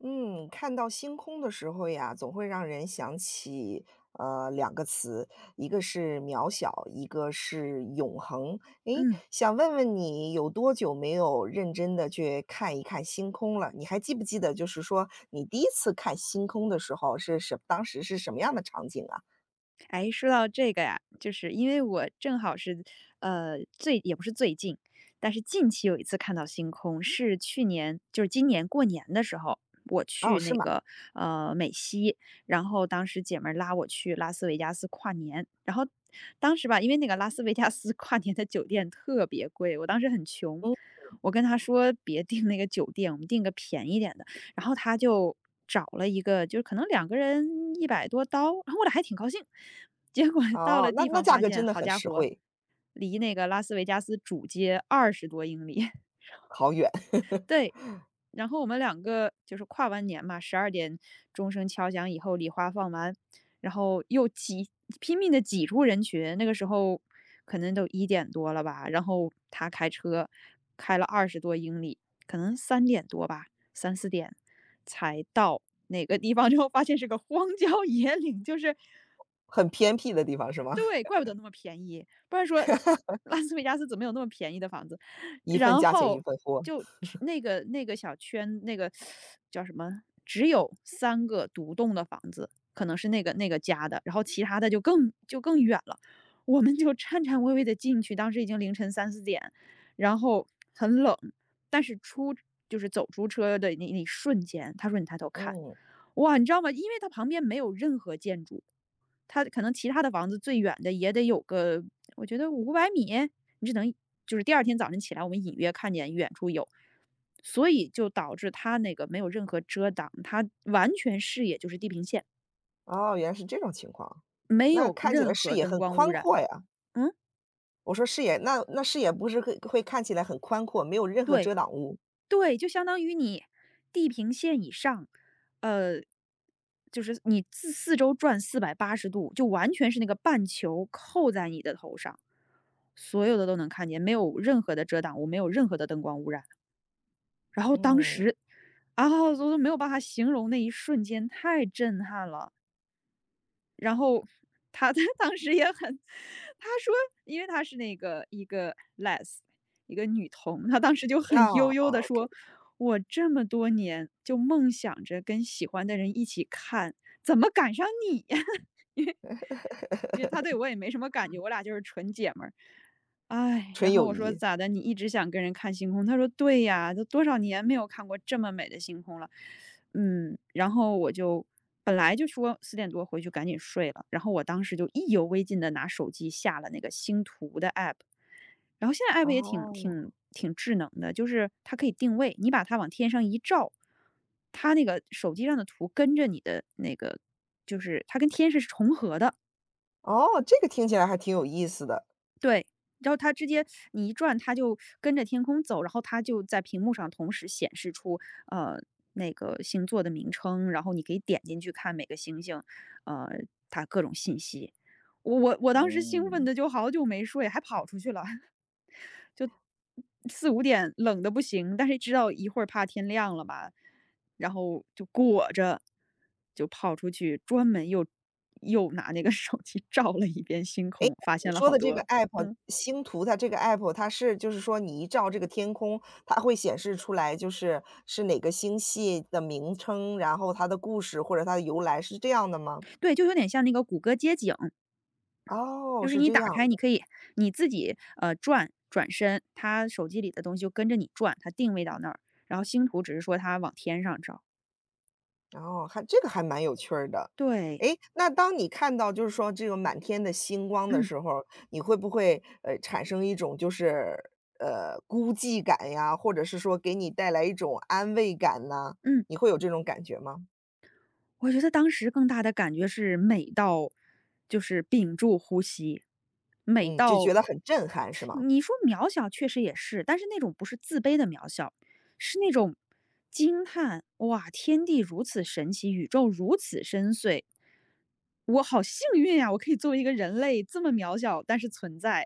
嗯，看到星空的时候呀，总会让人想起两个词，一个是渺小，一个是永恒。诶，嗯，想问问你有多久没有认真的去看一看星空了？你还记不记得，就是说你第一次看星空的时候当时是什么样的场景啊？哎，说到这个呀，就是因为我正好是，最也不是最近，但是近期有一次看到星空，是去年，就是今年过年的时候，我哦，去是那吗？个美西，然后当时姐们儿拉我去拉斯维加斯跨年，然后当时吧，因为那个拉斯维加斯 跨年的酒店特别贵，我当时很穷，嗯，我跟她说别订那个酒店，我们订个便宜点的。然后他就找了一个，就是可能两个人100多刀，然后我俩还挺高兴。结果到哦，了那地那方价发格现，真的好很家实伙，惠，离那个拉斯维加斯主街二十多英里，好远，对，然后我们两个就是跨完年嘛，12点钟声敲响以后，礼花放完，然后又拼命的挤出人群。那个时候可能都1点多了吧，然后他开车开了二十多英里，可能3点多吧，三四点才到哪个地方，之后发现是个荒郊野岭，就是很偏僻的地方是吗？对，怪不得那么便宜，不然说拉斯维加斯怎么有那么便宜的房子？一份然价钱一后份货，就只那个小圈，那个叫什么，只有三个独栋的房子，可能是那个家的，然后其他的就更远了。我们就颤颤巍巍的进去，当时已经凌晨三四点，然后很冷，但是就是走出车的那一瞬间，他说：“你抬头看。”嗯。哇，你知道吗？因为它旁边没有任何建筑。他可能其他的房子最远的也得有个，我觉得500米，你只能就是第二天早晨起来，我们隐约看见远处有，所以就导致他那个没有任何遮挡，他完全视野就是地平线，哦，原来是这种情况，没那有看起来任视何野灯很光污宽染。阔呀。嗯，我说视野，那视野不是会看起来很宽阔，没有任何对，遮挡物。对，就相当于你地平线以上，呃，就是你自四周转480度，就完全是那个半球扣在你的头上，所有的都能看见，没有任何的遮挡物，没有任何的灯光污染。然后当嗯，时，啊，我都没有办法形容那一瞬间，太震撼了。然后他当时也很，他说，因为他是那个一个 les，s 一个女童，他当时就那 很悠悠的 OK 说：“我这么多年就梦想着跟喜欢的人一起看，怎么赶上你呀？”因为他对我也没什么感觉，我俩就是纯姐们儿。唉，纯然后友我说谊。咋的？你一直想跟人看星空？他说对呀，都多少年没有看过这么美的星空了。嗯，然后我就本来就说4点多回去赶紧睡了，然后我当时就意犹未尽的拿手机下了那个星图的 app，然后现在 app 也挺哦，挺挺智能的，就是它可以定位，你把它往天上一照，它那个手机上的图跟着你的那个，就是它跟天是重合的。哦，这个听起来还挺有意思的。对，然后它直接你一转，它就跟着天空走，然后它就在屏幕上同时显示出呃那个星座的名称，然后你可以点进去看每个星星，呃，它各种信息。我当时兴奋嗯，的就好久没睡，还跑出去了，就四五点冷的不行，但是知道一会儿怕天亮了吧，然后就裹着就跑出去，专门又拿那个手机 照了一遍星哎，空，发你现了说好的这个 多，app 嗯。星图，它这个 app 它是就是说你一照这个天空，它会显示出来就是是哪个星系的名称，然后它的故事或者它的由来，是这样的吗？对，就有点像那个谷歌街景，哦，就是是你这打样开，你的。可以你自己转转身，它手机里的东西就跟着你转，它定位到那儿，然后星图只是说它往天上照。然后还这个还蛮有趣儿的。对，诶，那当你看到就是说这个满天的星光的嗯时候，你会不会，产生一种就是，孤寂感呀，或者是说给你带来一种安慰感呢？嗯。你会有这种感觉吗？我觉得当时更大的感觉是美到，就是屏住呼吸，美嗯，就觉到得很震撼是吗？你说渺小确实也是，但是那种不是自卑的渺小，是那种惊叹：“哇，天地如此神奇，宇宙如此深邃，我好幸运呀！我可以作为一个人类这么渺小，但是存在。”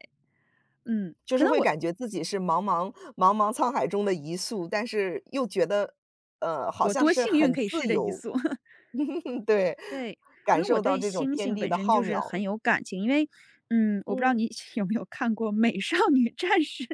嗯，就可是能会我感觉自己是茫茫茫茫沧海中的一粟，但是又觉得，好我像多是幸运很可以试自这一由，宿。对，对，可感能受我到对这种星天星地本的身浩就是渺，很有感情，因为，嗯，我不知道嗯。你 有没有看过《美少女战士》？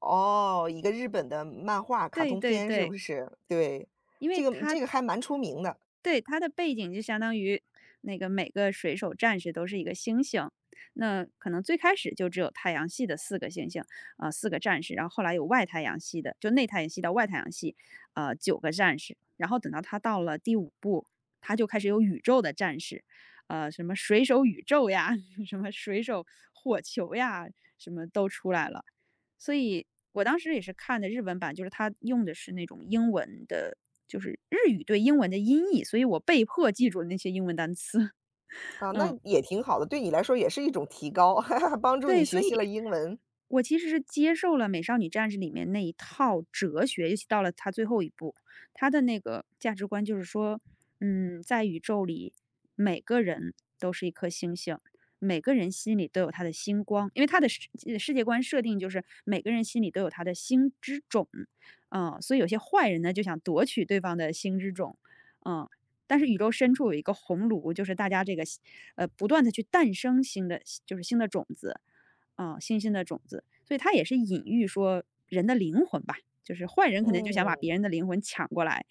哦，一个日本的漫画 卡对通对片是不对，是？对，因这为个它这个还蛮出名的，对，它的背景就相当于那个每个水手战士都是一个星星，那可能最开始就只有太阳系的四个星星，四个战士，然后后来有外太阳系的，就内太阳系到外太阳系，九个战士，然后等到他到了第五部，他就开始有宇宙的战士，什么水手宇宙呀，什么水手火球呀，什么都出来了。所以我当时也是看的日文版，就是它用的是那种英文的，就是日语对英文的音译，所以我被迫记住了那些英文单词，啊，那嗯。也挺好的，对你来说也是一种提高，帮助你对，学所以习了英文。我其实是接受了《美少女战士》里面那一套哲学，尤其到了它最后一步，它的那个价值观就是说，嗯，在宇宙里，每个人都是一颗星星，每个人心里都有他的星光，因为他的世界观设定就是每个人心里都有他的星之种，嗯，所以有些坏人呢就想夺取对方的星之种，嗯。但是宇宙深处有一个红炉，就是大家这个，不断的去诞生新的，就是新的种子，星星的种子，所以它也是隐喻说人的灵魂吧，就是坏人可能就想把别嗯，人的灵魂抢过来，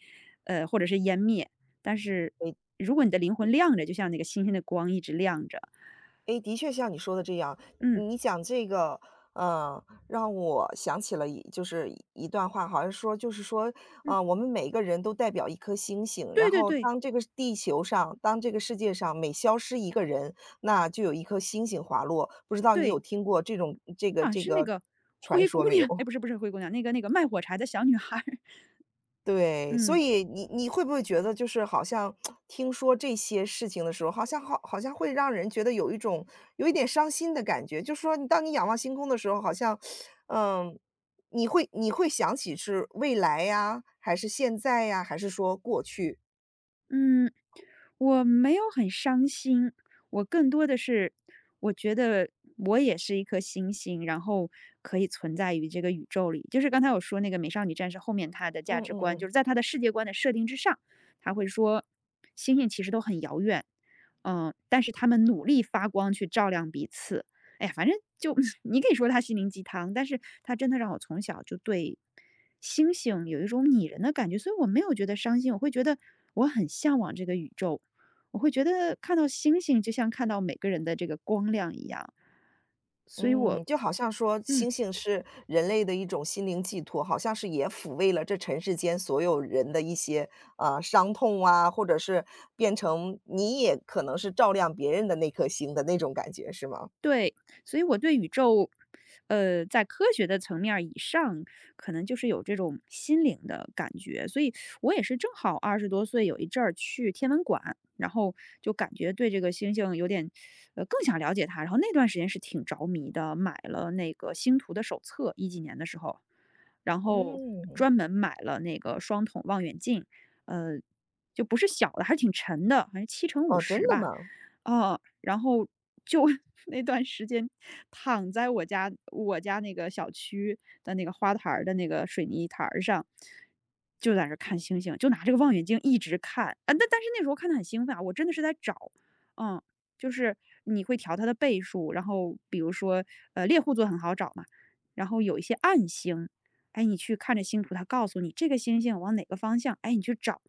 或者是湮灭。但是如果你的灵魂亮着，就像那个星星的光一直亮着，诶，的确像你说的这样，嗯你讲这个，让我想起了一就是一段话，好像说就是说，嗯，我们每个人都代表一颗星星，然对对后对当这个地球上，当这个世界上每消失一个人，那就有一颗星星滑落。不知道你有对，听过这种啊，是那个传灰姑说没有？娘，哎，不是不是灰姑娘，那个卖火柴的小女孩儿 对，所嗯，以你会不会觉得就是好像听说这些事情的时候，好像好像会让人觉得有一种有一点伤心的感觉，就是说你当你仰望星空的时候，好像，嗯，你会想起是未来呀，还是现在呀，还是说过去？嗯，我没有很伤心，我更多的是我觉得我也是一颗星星，然后可以存在于这个宇宙里。就是刚才我说那个《美少女战士》后面她的价嗯值嗯观，就嗯。是在她的世界观的设定之上，她会说星星其实都很遥远，嗯，但是他们努力发光去照亮彼此。哎呀，反正就 你可以说它心灵鸡汤，但是它真的让我从小就对星星有一种拟人的感觉，所以我没有觉得伤心，我会觉得我很向往这个宇宙，我会觉得看到星星就像看到每个人的这个光亮一样，所以我嗯，就好像说嗯，星星是人类的一种心灵寄托，好像是也抚慰了这尘世间所有人的一些伤痛啊，或者是变成你也可能是照亮别人的那颗星的那种感觉，是吗？对，所以我对宇宙，在科学的层面儿以上，可能就是有这种心灵的感觉。所以我也是正好20多岁有一阵儿去天文馆，然后就感觉对这个星星有点，更想了解它。然后那段时间是挺着迷的，买了那个星图的手册，一几年的时候，然后嗯，专门买了那个双筒望远镜，呃，就不是小的，还是挺沉的，好像七乘五哦，真十的吧。吗？啊，然后就 那段时间躺在我家那个小区的那个花坛儿的那个水泥台儿上，就在那儿看星星，就拿这个望远镜一直看啊。但是那时候看的很兴奋啊，我真的是在找，嗯，就是你会调它的倍数，然后比如说猎户座很好找嘛，然后有一些暗星，哎，你去看着星图，它告诉你这个星星往哪个方向，哎，你去找。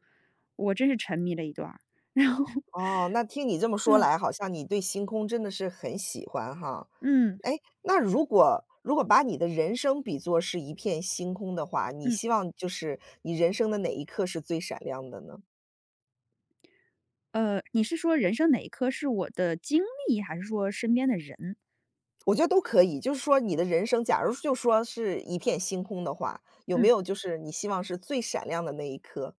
我真是沉迷了一段儿然后 哦，那听你这么说嗯来，好像你对星空真的是很喜欢哈。嗯。哎，那如果把你的人生比作是一片星空的话，你嗯，希望就是你人生的哪一刻是最闪亮的呢？你是说人生哪一刻是我的经历，还是说身边的人？我觉得都可以，就是说你的人生，假如就说是一片星空的话，有没嗯，有就是你希望是最闪亮的那一刻？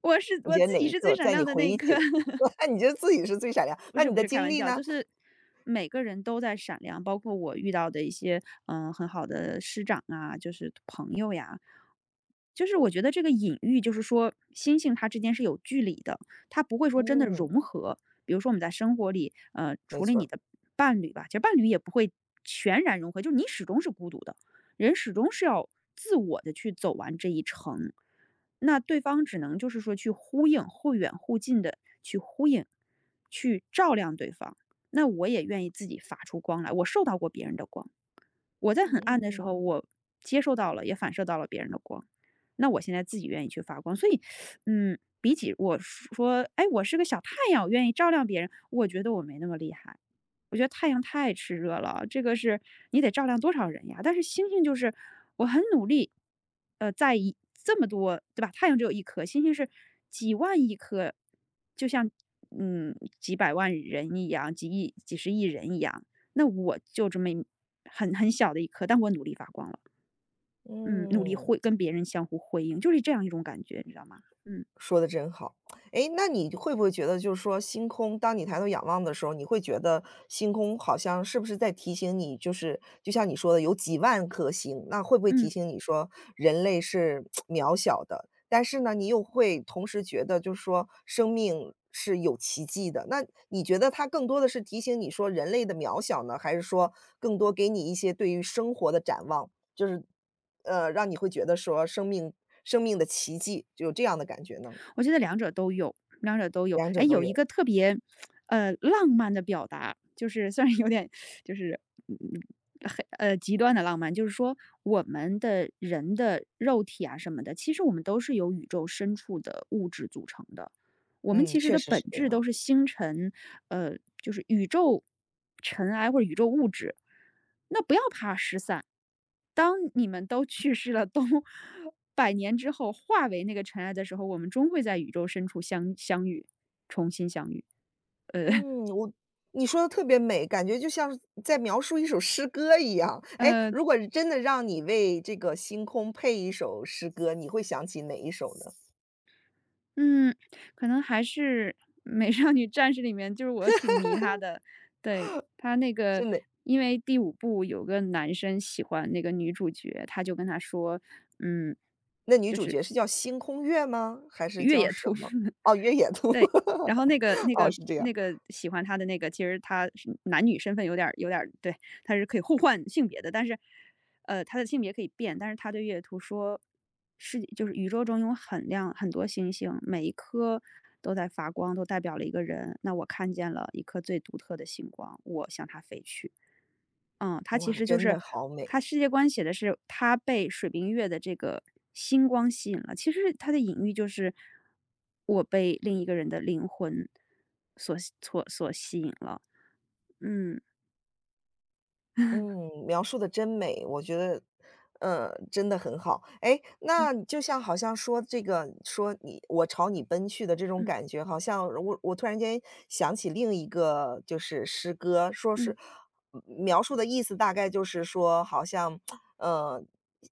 你我觉自得哪己一是最刻闪在你亮的回那一忆起刻。来，你觉得自己是最闪亮？不那是你不的是开经玩历笑，呢？就是每个人都在闪亮，包括我遇到的一些很好的师长啊，就是朋友呀，就是我觉得这个隐喻就是说星星它之间是有距离的，它不会说真的融嗯，合。比如说我们在生活里，没除了错你儿的伴侣吧，其实伴侣也不会全然融合，就是你始终是孤独的，人始终是要自我的去走完这一程。那对方只能就是说去呼应，或远或近的去呼应，去照亮对方。那我也愿意自己发出光来，我受到过别人的光，我在嗯很暗的时候，嗯我接受到了，也反射到了别人的光。那我现在自己愿意去发光，所以，嗯，比起我说，哎，我是个小太阳，我愿意照亮别人，我觉得我没那么厉害。我觉得太阳太炽热了，这个是你得照亮多少人呀？但是星星就是我很努力，呃，在一这么多，对吧？太阳只有一颗，星星是几万亿颗，就像几百万人一样，几亿、几十亿人一样，那我就这么很小的一颗，但我努力发光了，嗯，努力嗯。会跟别人相互辉映，就是这样一种感觉，你知道吗？嗯说的真好。哎，那你会不会觉得就是说星空当你抬头仰望的时候，你会觉得星空好像是不是在提醒你，就是就像你说的有几万颗星，那会不会提嗯。醒你说人类是 渺小的？但是呢，你又会同时觉得就是说生命是有奇迹的。那你觉得它更多的是提醒你说人类的渺小呢，还是说更多给你一些对于生活的展望，就是，让你会觉得说生命的奇迹，就有这样的感觉呢？我觉得两者都有，两者都有。两者哎，都有一有，个特别，浪漫的表达，就是虽然有点就是，嗯，极端的浪漫，就是说我们的人的肉体啊什么的，其实我们都是由宇宙深处的物质组成的。我们嗯，其实确的实本是这质样。都是星辰，呃，就是宇宙尘埃或者宇宙物质。当你们都去世了，都百年之后化为那个尘埃的时候，我们终会在宇宙深处相遇，重新相遇。呃嗯，你说的特别美，感觉就像是在描述一首诗歌一样。哎，呃，如果是真的让你为这个星空配一首诗歌，你会想起哪一首呢？嗯，可能还是《美少女战士》里面，就是我挺迷她的，对，她那是个。哪因为第五部有个男生喜欢那个女主角，他就跟她说：“嗯，那女主角是叫星空月吗？还是越叫野什兔 么？哦，月野兔。对，然后那个 那哦，个是这样。那个喜欢他的那个，其实他是男女身份有点儿对，他是可以互换性别的，但是，他的性别可以变，但是他对月兔说，就是宇宙中有很亮很多星星，每一颗都在发光，都代表了一个人。那我看见了一颗最独特的星光，我向它飞去。嗯，他其哇，实就真是的好美。他世界观写的是他被水冰月的这个星光吸引了，其实他的隐喻就是我被另一个人的灵魂所吸引了。嗯 嗯，描述的真美，我觉得，真的很好。哎，嗯那就像好像说这个说你“我朝你奔去”的这种嗯感觉，好像我突然间想起另一个就是诗歌，说是嗯，描述的意思大概就是说好像，呃，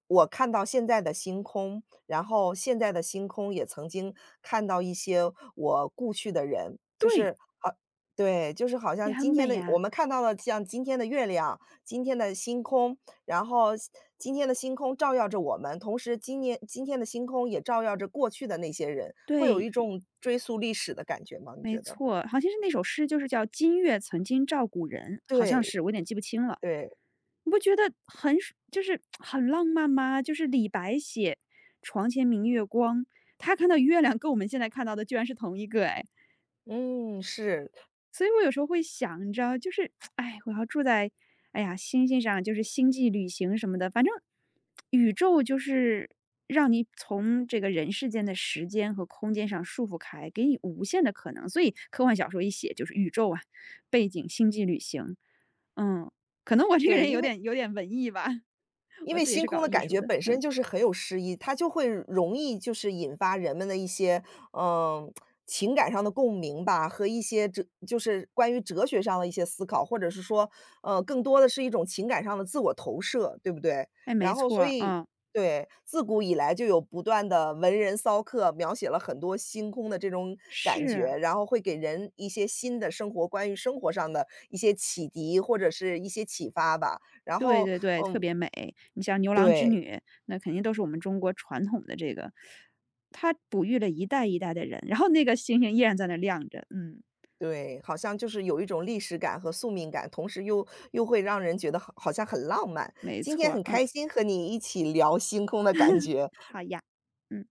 我看到现在的星空，然后现在的星空也曾经看到一些我故去的人，就对，是好对，就是好也像很今天美的我呀，们看到了像今天的月亮，今天的星空，然后今天的星空照耀着我们，同时今年今天的星空也照耀着过去的那些人，会有一对。种追溯历史的感觉吗？你没觉得？错，好像是那首诗，就是叫“今月曾经照古人”，好像对，是，我有点记不清了。对，你不觉得很很浪漫吗？就是李白写“床前明月光”，他看到月亮跟我们现在看到的居然是同一个哎。嗯，是，所以我有时候会想，你知道，就是，哎，我要住在，哎呀，星星上，就是星际旅行什么的，反正宇宙就是让你从这个人世间的时间和空间上束缚开，给你无限的可能。所以科幻小说一写就是宇宙啊，背景星际旅行，嗯，可能我这个对，人因有为点有点文艺吧，因我为自己星是空搞的艺感术觉的，本身嗯，就是很有诗意，它就会容易就是引发人们的一些，嗯，情感上的共鸣吧，和一些就是关于哲学上的一些思考，或者是说，更多的是一种情感上的自我投射，对不对？哎，没然后错所啊，以嗯，对，自古以来就有不断的文人骚客描写了很多星空的这种感是觉，啊。然后会给人一些新的生活关于生活上的一些启迪，或者是一些启发吧。然对后，对对，特嗯，别美。你像牛郎织对。女，那肯定都是我们中国传统的这个，它哺育了一代一代的人，然后那个星星依然在那亮着。嗯，对，好像就是有一种历史感和宿命感，同时又会让人觉得好像很浪漫。没今天错儿很嗯，开心和你一起聊星空的感觉。好呀，嗯。